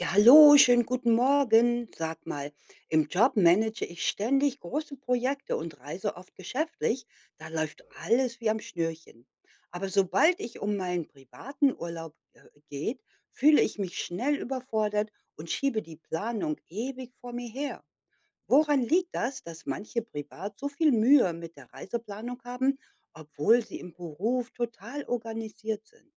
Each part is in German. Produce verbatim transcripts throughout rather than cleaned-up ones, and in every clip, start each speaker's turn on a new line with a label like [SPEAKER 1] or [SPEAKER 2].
[SPEAKER 1] Ja, hallo, schönen guten Morgen. Sag mal, im Job manage ich ständig große Projekte und reise oft geschäftlich. Da läuft alles wie am Schnürchen. Aber sobald ich um meinen privaten Urlaub äh, geht, fühle ich mich schnell überfordert und schiebe die Planung ewig vor mir her. Woran liegt das, dass manche privat so viel Mühe mit der Reiseplanung haben, obwohl sie im Beruf total organisiert sind?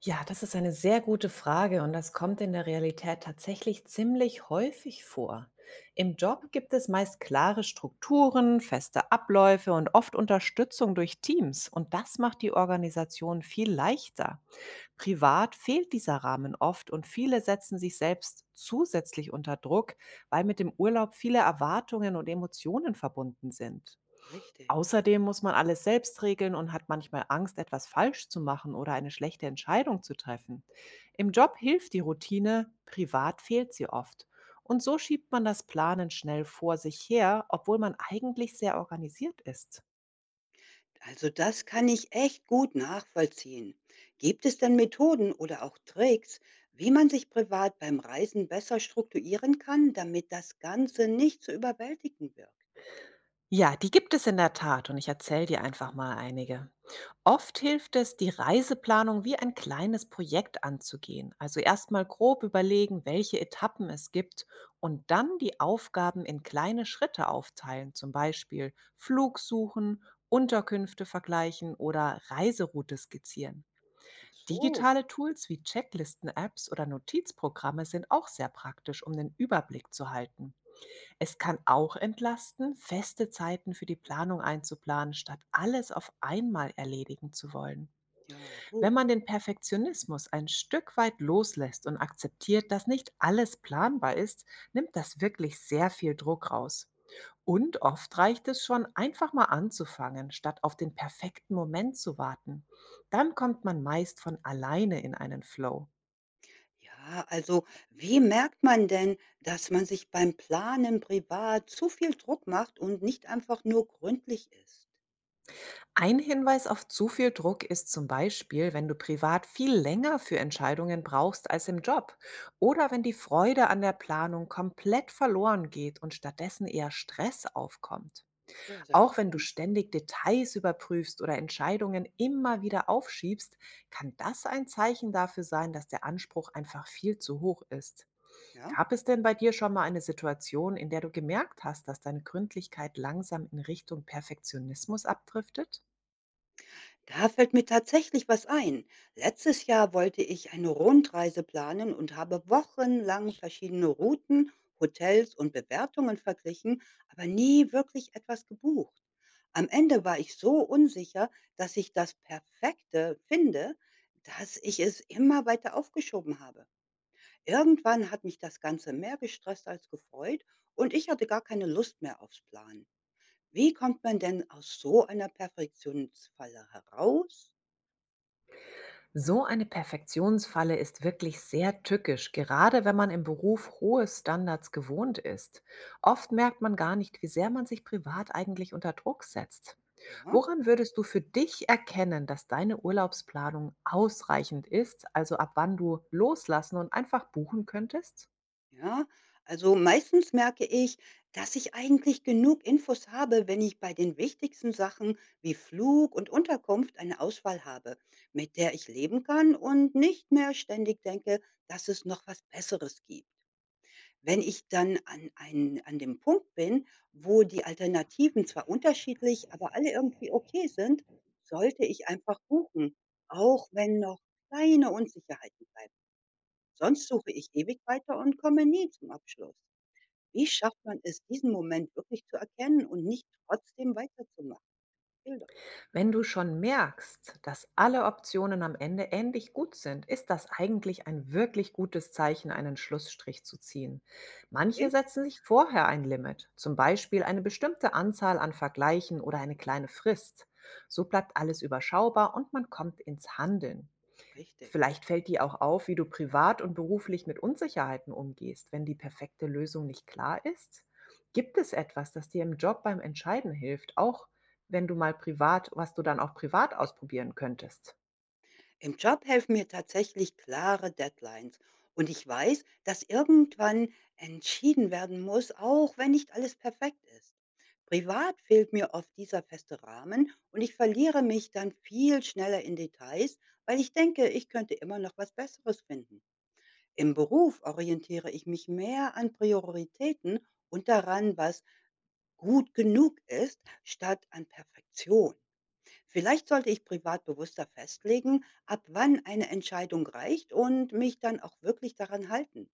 [SPEAKER 2] Ja, das ist eine sehr gute Frage und das kommt in der Realität tatsächlich ziemlich häufig vor. Im Job gibt es meist klare Strukturen, feste Abläufe und oft Unterstützung durch Teams und das macht die Organisation viel leichter. Privat fehlt dieser Rahmen oft und viele setzen sich selbst zusätzlich unter Druck, weil mit dem Urlaub viele Erwartungen und Emotionen verbunden sind.
[SPEAKER 1] Richtig.
[SPEAKER 2] Außerdem muss man alles selbst regeln und hat manchmal Angst, etwas falsch zu machen oder eine schlechte Entscheidung zu treffen. Im Job hilft die Routine, privat fehlt sie oft. Und so schiebt man das Planen schnell vor sich her, obwohl man eigentlich sehr organisiert ist.
[SPEAKER 1] Also das kann ich echt gut nachvollziehen. Gibt es denn Methoden oder auch Tricks, wie man sich privat beim Reisen besser strukturieren kann, damit das Ganze nicht zu überwältigen wirkt?
[SPEAKER 2] Ja, die gibt es in der Tat und ich erzähle dir einfach mal einige. Oft hilft es, die Reiseplanung wie ein kleines Projekt anzugehen. Also erstmal grob überlegen, welche Etappen es gibt und dann die Aufgaben in kleine Schritte aufteilen, zum Beispiel Flug suchen, Unterkünfte vergleichen oder Reiseroute skizzieren.
[SPEAKER 1] Ach so,
[SPEAKER 2] Digitale Tools wie Checklisten-Apps oder Notizprogramme sind auch sehr praktisch, um den Überblick zu halten. Es kann auch entlasten, feste Zeiten für die Planung einzuplanen, statt alles auf einmal erledigen zu wollen.
[SPEAKER 1] ja,
[SPEAKER 2] Wenn
[SPEAKER 1] gut.
[SPEAKER 2] man den Perfektionismus ein Stück weit loslässt und akzeptiert, dass nicht alles planbar ist, nimmt das wirklich sehr viel Druck raus. Und oft reicht es schon, einfach mal anzufangen, statt auf den perfekten Moment zu warten. Dann kommt man meist von alleine in einen Flow.
[SPEAKER 1] Ja, also wie merkt man denn, dass man sich beim Planen privat zu viel Druck macht und nicht einfach nur gründlich ist?
[SPEAKER 2] Ein Hinweis auf zu viel Druck ist zum Beispiel, wenn du privat viel länger für Entscheidungen brauchst als im Job oder wenn die Freude an der Planung komplett verloren geht und stattdessen eher Stress aufkommt.
[SPEAKER 1] Ja, sag
[SPEAKER 2] Auch wenn
[SPEAKER 1] ich
[SPEAKER 2] du
[SPEAKER 1] denn.
[SPEAKER 2] ständig Details überprüfst oder Entscheidungen immer wieder aufschiebst, kann das ein Zeichen dafür sein, dass der Anspruch einfach viel zu hoch ist.
[SPEAKER 1] Ja?
[SPEAKER 2] Gab es denn bei dir schon mal eine Situation, in der du gemerkt hast, dass deine Gründlichkeit langsam in Richtung Perfektionismus abdriftet?
[SPEAKER 1] Da fällt mir tatsächlich was ein. Letztes Jahr wollte ich eine Rundreise planen und habe wochenlang verschiedene Routen, Hotels und Bewertungen verglichen, aber nie wirklich etwas gebucht. Am Ende war ich so unsicher, dass ich das Perfekte finde, dass ich es immer weiter aufgeschoben habe. Irgendwann hat mich das Ganze mehr gestresst als gefreut und ich hatte gar keine Lust mehr aufs Planen. Wie kommt man denn aus so einer Perfektionsfalle heraus?
[SPEAKER 2] So eine Perfektionsfalle ist wirklich sehr tückisch, gerade wenn man im Beruf hohe Standards gewohnt ist. Oft merkt man gar nicht, wie sehr man sich privat eigentlich unter Druck setzt.
[SPEAKER 1] Ja,
[SPEAKER 2] Woran würdest du für dich erkennen, dass deine Urlaubsplanung ausreichend ist, also ab wann du loslassen und einfach buchen könntest?
[SPEAKER 1] ja. Also meistens merke ich, dass ich eigentlich genug Infos habe, wenn ich bei den wichtigsten Sachen wie Flug und Unterkunft eine Auswahl habe, mit der ich leben kann und nicht mehr ständig denke, dass es noch was Besseres gibt. Wenn ich dann an, ein, an dem Punkt bin, wo die Alternativen zwar unterschiedlich, aber alle irgendwie okay sind, sollte ich einfach buchen, auch wenn noch kleine Unsicherheiten bleiben. Sonst suche ich ewig weiter und komme nie zum Abschluss. Wie schafft man es, diesen Moment wirklich zu erkennen und nicht trotzdem weiterzumachen? Hilda,
[SPEAKER 2] Wenn du schon merkst, dass alle Optionen am Ende ähnlich gut sind, ist das eigentlich ein wirklich gutes Zeichen, einen Schlussstrich zu ziehen. Manche
[SPEAKER 1] okay?
[SPEAKER 2] setzen sich vorher ein Limit, zum Beispiel eine bestimmte Anzahl an Vergleichen oder eine kleine Frist. So bleibt alles überschaubar und man kommt ins Handeln.
[SPEAKER 1] Richtig.
[SPEAKER 2] Vielleicht fällt dir auch auf, wie du privat und beruflich mit Unsicherheiten umgehst, wenn die perfekte Lösung nicht klar ist. Gibt es etwas, das dir im Job beim Entscheiden hilft, auch wenn du mal privat, was du dann auch privat ausprobieren könntest?
[SPEAKER 1] Im Job helfen mir tatsächlich klare Deadlines. Und ich weiß, dass irgendwann entschieden werden muss, auch wenn nicht alles perfekt ist. Privat fehlt mir oft dieser feste Rahmen und ich verliere mich dann viel schneller in Details, weil ich denke, ich könnte immer noch was Besseres finden. Im Beruf orientiere ich mich mehr an Prioritäten und daran, was gut genug ist, statt an Perfektion. Vielleicht sollte ich privat bewusster festlegen, ab wann eine Entscheidung reicht und mich dann auch wirklich daran halten.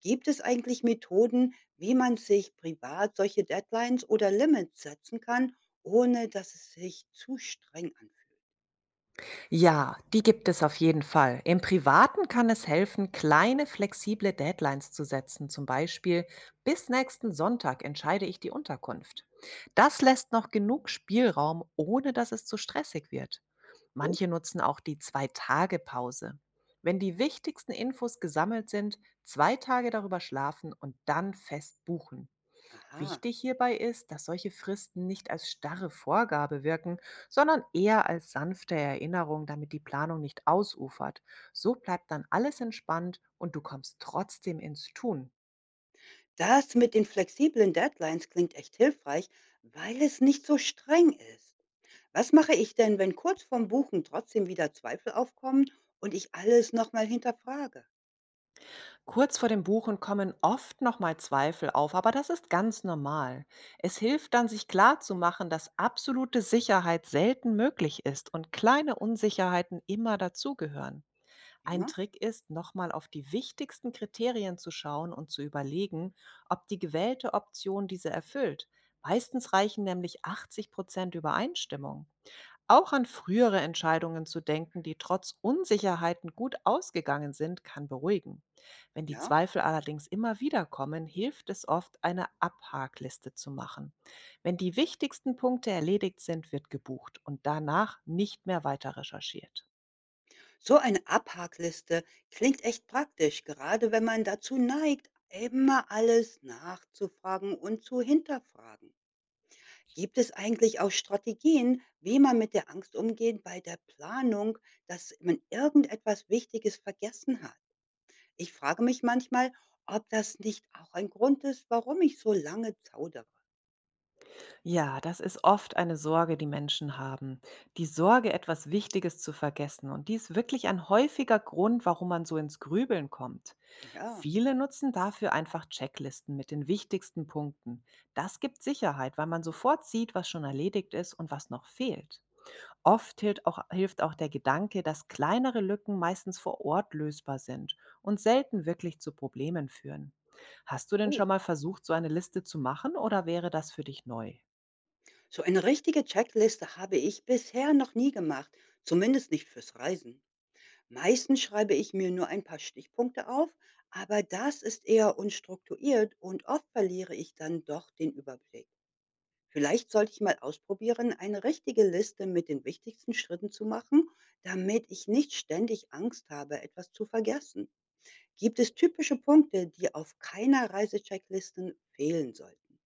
[SPEAKER 1] Gibt es eigentlich Methoden, wie man sich privat solche Deadlines oder Limits setzen kann, ohne dass es sich zu streng anfühlt?
[SPEAKER 2] Ja, die gibt es auf jeden Fall. Im Privaten kann es helfen, kleine flexible Deadlines zu setzen, zum Beispiel bis nächsten Sonntag entscheide ich die Unterkunft. Das lässt noch genug Spielraum, ohne dass es zu stressig wird.
[SPEAKER 1] Gut,
[SPEAKER 2] Manche nutzen auch die Zwei-Tage-Pause. Wenn die wichtigsten Infos gesammelt sind, zwei Tage darüber schlafen und dann fest buchen.
[SPEAKER 1] aha.
[SPEAKER 2] Wichtig hierbei ist, dass solche Fristen nicht als starre Vorgabe wirken, sondern eher als sanfte Erinnerung, damit die Planung nicht ausufert. So bleibt dann alles entspannt und du kommst trotzdem ins Tun.
[SPEAKER 1] Das mit den flexiblen Deadlines klingt echt hilfreich, weil es nicht so streng ist. Was mache ich denn, wenn kurz vorm Buchen trotzdem wieder Zweifel aufkommen und ich alles nochmal hinterfrage?
[SPEAKER 2] Kurz vor dem Buchen kommen oft nochmal Zweifel auf, aber das ist ganz normal. Es hilft dann, sich klarzumachen, dass absolute Sicherheit selten möglich ist und kleine Unsicherheiten immer dazugehören. Ein
[SPEAKER 1] Prima.
[SPEAKER 2] Trick ist, nochmal auf die wichtigsten Kriterien zu schauen und zu überlegen, ob die gewählte Option diese erfüllt. Meistens reichen nämlich achtzig Prozent Übereinstimmung. Auch an frühere Entscheidungen zu denken, die trotz Unsicherheiten gut ausgegangen sind, kann beruhigen. Wenn die
[SPEAKER 1] Ja,
[SPEAKER 2] Zweifel allerdings immer wieder kommen, hilft es oft, eine Abhakliste zu machen. Wenn die wichtigsten Punkte erledigt sind, wird gebucht und danach nicht mehr weiter recherchiert.
[SPEAKER 1] so eine Abhakliste klingt echt praktisch, gerade wenn man dazu neigt, immer alles nachzufragen und zu hinterfragen. Gibt es eigentlich auch Strategien, wie man mit der Angst umgeht bei der Planung, dass man irgendetwas Wichtiges vergessen hat? Ich frage mich manchmal, ob das nicht auch ein Grund ist, warum ich so lange zaudere.
[SPEAKER 2] Ja, das ist oft eine Sorge, die Menschen haben. Die Sorge, etwas Wichtiges zu vergessen. Und die ist wirklich ein häufiger Grund, warum man so ins Grübeln kommt.
[SPEAKER 1] Ja,
[SPEAKER 2] Viele nutzen dafür einfach Checklisten mit den wichtigsten Punkten. Das gibt Sicherheit, weil man sofort sieht, was schon erledigt ist und was noch fehlt. Oft hilft auch, hilft auch der Gedanke, dass kleinere Lücken meistens vor Ort lösbar sind und selten wirklich zu Problemen führen. Hast du denn
[SPEAKER 1] so.
[SPEAKER 2] schon mal versucht, so eine Liste zu machen oder wäre das für dich neu?
[SPEAKER 1] So eine richtige Checkliste habe ich bisher noch nie gemacht, zumindest nicht fürs Reisen. Meistens schreibe ich mir nur ein paar Stichpunkte auf, aber das ist eher unstrukturiert und oft verliere ich dann doch den Überblick. Vielleicht sollte ich mal ausprobieren, eine richtige Liste mit den wichtigsten Schritten zu machen, damit ich nicht ständig Angst habe, etwas zu vergessen. Gibt es typische Punkte, die auf keiner Reisechecklisten fehlen sollten?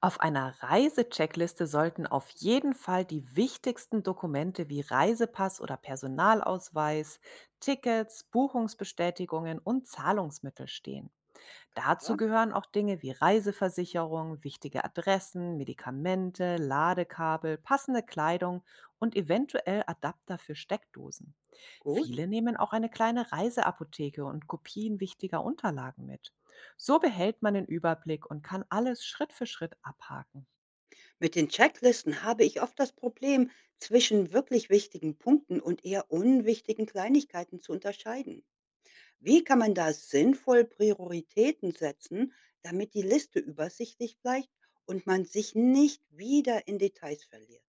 [SPEAKER 2] Auf einer Reisecheckliste sollten auf jeden Fall die wichtigsten Dokumente wie Reisepass oder Personalausweis, Tickets, Buchungsbestätigungen und Zahlungsmittel stehen. Dazu
[SPEAKER 1] Ja,
[SPEAKER 2] gehören auch Dinge wie Reiseversicherung, wichtige Adressen, Medikamente, Ladekabel, passende Kleidung und eventuell Adapter für Steckdosen.
[SPEAKER 1] gut.
[SPEAKER 2] Viele nehmen auch eine kleine Reiseapotheke und Kopien wichtiger Unterlagen mit. So behält man den Überblick und kann alles Schritt für Schritt abhaken.
[SPEAKER 1] Mit den Checklisten habe ich oft das Problem, zwischen wirklich wichtigen Punkten und eher unwichtigen Kleinigkeiten zu unterscheiden. Wie kann man da sinnvoll Prioritäten setzen, damit die Liste übersichtlich bleibt und man sich nicht wieder in Details verliert?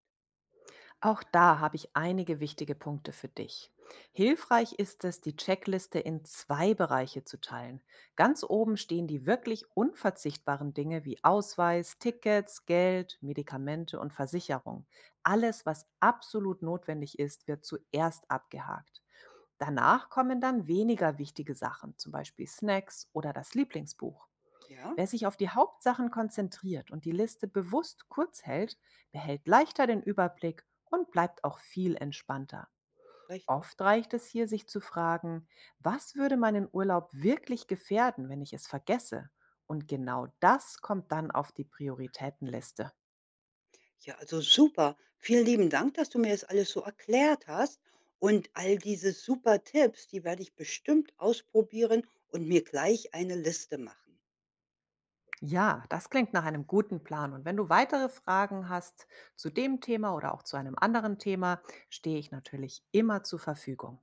[SPEAKER 2] Auch da habe ich einige wichtige Punkte für dich. Hilfreich ist es, die Checkliste in zwei Bereiche zu teilen. Ganz oben stehen die wirklich unverzichtbaren Dinge wie Ausweis, Tickets, Geld, Medikamente und Versicherung. Alles, was absolut notwendig ist, wird zuerst abgehakt. Danach kommen dann weniger wichtige Sachen, zum Beispiel Snacks oder das Lieblingsbuch.
[SPEAKER 1] Ja,
[SPEAKER 2] Wer sich auf die Hauptsachen konzentriert und die Liste bewusst kurz hält, behält leichter den Überblick und bleibt auch viel entspannter.
[SPEAKER 1] richtig.
[SPEAKER 2] Oft reicht es hier, sich zu fragen, was würde meinen Urlaub wirklich gefährden, wenn ich es vergesse? Und genau das kommt dann auf die Prioritätenliste.
[SPEAKER 1] Ja, also super. Vielen lieben Dank, dass du mir das alles so erklärt hast. Und all diese super Tipps, die werde ich bestimmt ausprobieren und mir gleich eine Liste machen.
[SPEAKER 2] Ja, das klingt nach einem guten Plan. Und wenn du weitere Fragen hast zu dem Thema oder auch zu einem anderen Thema, stehe ich natürlich immer zur Verfügung.